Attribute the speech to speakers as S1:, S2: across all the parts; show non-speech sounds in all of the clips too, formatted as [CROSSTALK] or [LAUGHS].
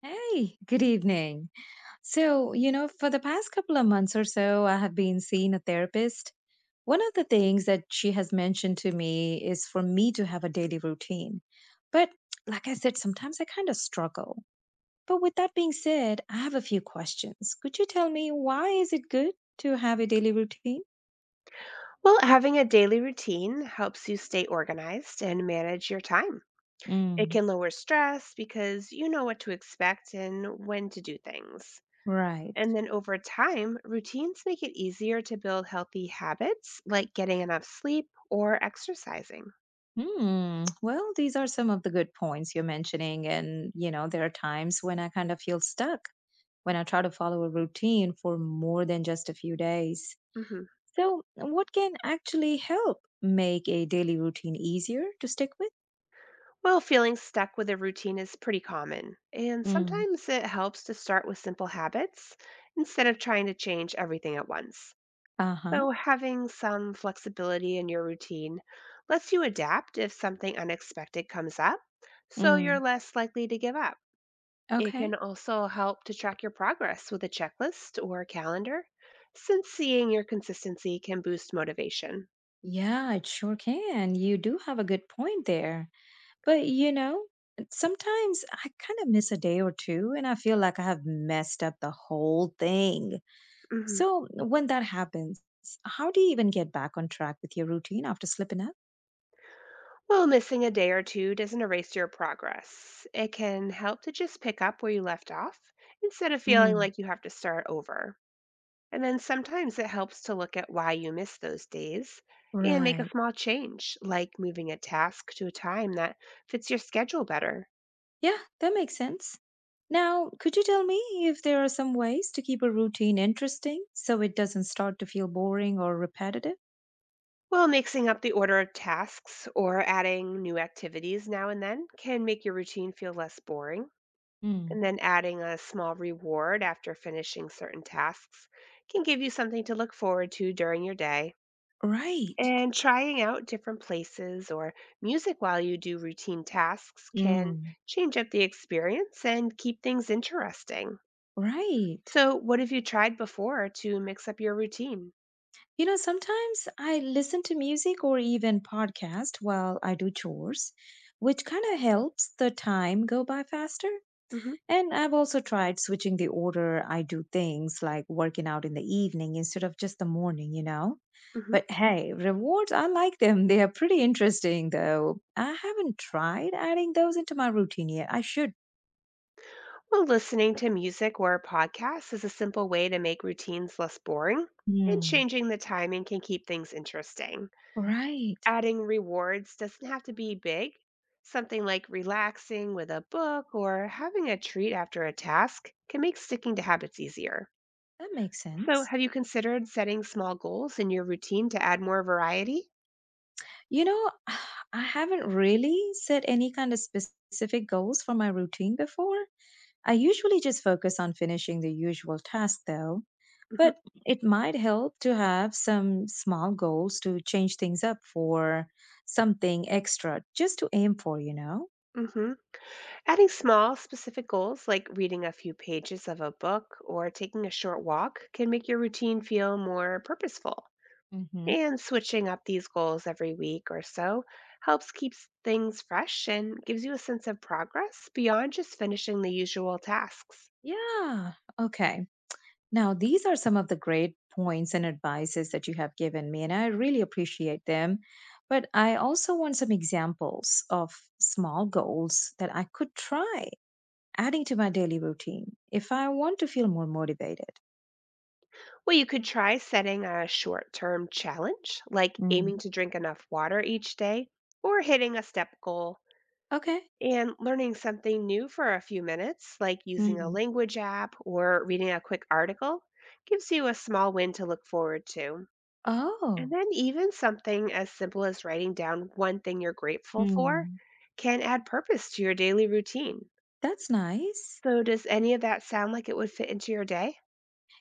S1: Hey, good evening. So, you know, for the past couple of months or so, I have been seeing a therapist. One of the things that she has mentioned to me is for me to have a daily routine. But like I said, sometimes I kind of struggle. But with that being said, I have a few questions. Could you tell me why is it good to have a daily routine?
S2: Well, having a daily routine helps you stay organized and manage your time. It
S1: Mm,
S2: can lower stress because you know what to expect and when to do things.
S1: right.
S2: And then over time, routines make it easier to build healthy habits like getting enough sleep or exercising.
S1: Hmm. Well, these are some of the good points you're mentioning. And, you know, there are times when I kind of feel stuck when I try to follow a routine for more than just a few days.
S2: Mhm.
S1: So, what can actually help make a daily routine easier to stick with?
S2: Well, feeling stuck with a routine is pretty common, and
S1: Mm.
S2: sometimes it helps to start with simple habits instead of trying to change everything at once.
S1: Uh huh.
S2: So, having some flexibility in your routine lets you adapt if something unexpected comes up, so you're
S1: Mm.
S2: less likely to give up. It
S1: Okay.
S2: can also help to track your progress with a checklist or a calendar, since seeing your consistency can boost motivation.
S1: Yeah, it sure can. You do have a good point there. But, you know, sometimes I kind of miss a day or two and I feel like I have messed up the whole thing.
S2: Mhm.
S1: So, when that happens, how do you even get back on track with your routine after slipping up?
S2: Well, missing a day or two doesn't erase your progress. It can help to just pick up where you left off instead of feeling
S1: Mm.
S2: like you have to start over. And then sometimes it helps to look at why you miss those days and make a
S1: Right.
S2: small change, like moving a task to a time that fits your schedule better.
S1: Yeah, that makes sense. Now, could you tell me if there are some ways to keep a routine interesting so it doesn't start to feel boring or repetitive?
S2: Well, mixing up the order of tasks or adding new activities now and then can make your routine feel less boring.
S1: Mm.
S2: And then adding a small reward after finishing certain tasks can give you something to look forward to during your day.
S1: Right.
S2: And trying out different places or music while you do routine tasks can
S1: Mm.
S2: change up the experience and keep things interesting.
S1: Right.
S2: So, what have you tried before to mix up your routine?
S1: You know, sometimes I listen to music or even podcast while I do chores, which kind of helps the time go by faster.
S2: hmm
S1: And I've also tried switching the order I do things like working out in the evening instead of just the morning, you know?
S2: hmm
S1: But hey, rewards, I like them. They are pretty interesting, though. I haven't tried adding those into my routine yet. I should.
S2: Well, listening to music or podcasts is a simple way to make routines less boring, and
S1: Hmm.
S2: changing the timing can keep things interesting.
S1: Right.
S2: Adding rewards doesn't have to be big. Something like relaxing with a book or having a treat after a task can make sticking to habits easier.
S1: That makes
S2: So,
S1: sense.
S2: have you considered setting small goals in your routine to add more variety?
S1: You know, [SIGHS] I haven't really set any kind of specific goals for my routine before. I usually just focus on finishing the usual task, though. But it might help to have some small goals to change things up for something extra just to aim for, you know?
S2: hmm Adding small, specific goals like reading a few pages of a book or taking a short walk can make your routine feel more purposeful.
S1: Hmm.
S2: And switching up these goals every week or so helps keep things fresh and gives you a sense of progress beyond just finishing the usual tasks.
S1: Yeah. Okay. Now, these are some of the great points and advices that you have given me, and I really appreciate them. But I also want some examples of small goals that I could try adding to my daily routine if I want to feel more motivated.
S2: Well, you could try setting a short term challenge, like aiming
S1: Mm.
S2: to drink enough water each day or hitting a step goal.
S1: Okay.
S2: And learning something new for a few minutes, like using a
S1: Mm.
S2: language app or reading a quick article, gives you a small win to look forward to. And
S1: Oh.
S2: then, even something as simple as writing down one thing you're grateful for
S1: Hmm.
S2: can add purpose to your daily routine.
S1: That's nice.
S2: So, does any of that sound like it would fit into your day?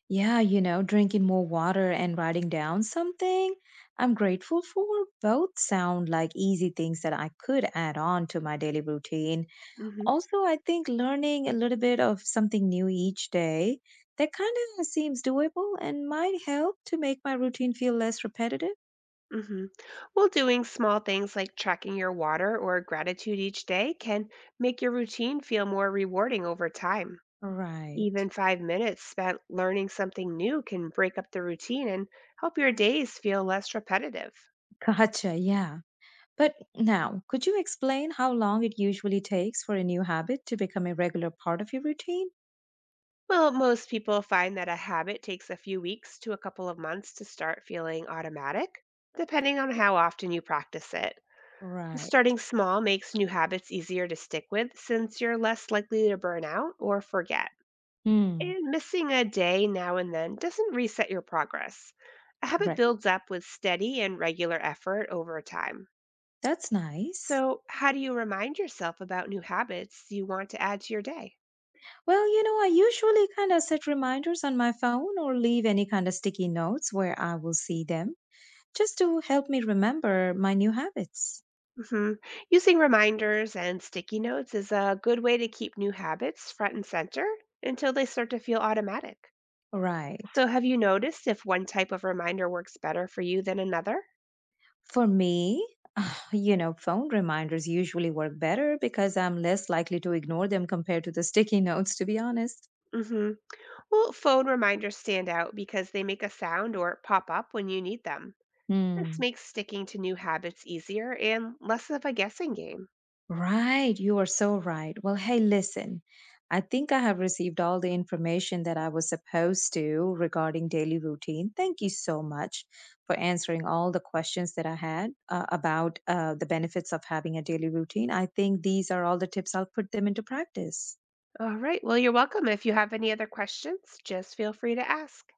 S1: Yeah, you know, drinking more water and writing down something I'm grateful for both sound like easy things that I could add on to my daily routine.
S2: hmm.
S1: Also, I think learning a little bit of something new each day that kind of seems doable and might help to make my routine feel less repetitive.
S2: hmm Well, doing small things like tracking your water or gratitude each day can make your routine feel more rewarding over time.
S1: Right.
S2: Even 5 minutes spent learning something new can break up the routine and help your days feel less repetitive.
S1: Gotcha. Yeah. But now, could you explain how long it usually takes for a new habit to become a regular part of your routine?
S2: Well, most people find that a habit takes a few weeks to a couple of months to start feeling automatic, depending on how often you practice it.
S1: Right.
S2: Starting small makes new habits easier to stick with since you're less likely to burn out or forget.
S1: Hmm.
S2: And missing a day now and then doesn't reset your progress. A habit
S1: Correct.
S2: builds up with steady and regular effort over time.
S1: That's nice.
S2: So, how do you remind yourself about new habits you want to add to your day?
S1: Well, you know, I usually kind of set reminders on my phone or leave any kind of sticky notes where I will see them just to help me remember my new habits.
S2: Mhm. Using reminders and sticky notes is a good way to keep new habits front and center until they start to feel automatic.
S1: Right.
S2: So, have you noticed if one type of reminder works better for you than another?
S1: For me, [SIGHS] you know, phone reminders usually work better because I'm less likely to ignore them compared to the sticky [LAUGHS] notes, to be honest.
S2: hmm Well, phone reminders stand out because they make a sound or pop up when you need them. This
S1: Hmm.
S2: makes sticking to new habits easier and less of a guessing game.
S1: Right, you are so right. Well, hey, listen, I think I have received all the information that I was supposed to regarding daily routine. Thank you so much for answering all the questions that I had about the benefits of having a daily routine. I think these are all the tips. I'll put them into practice.
S2: All right. Well, you're welcome. If you have any other questions, just feel free to ask.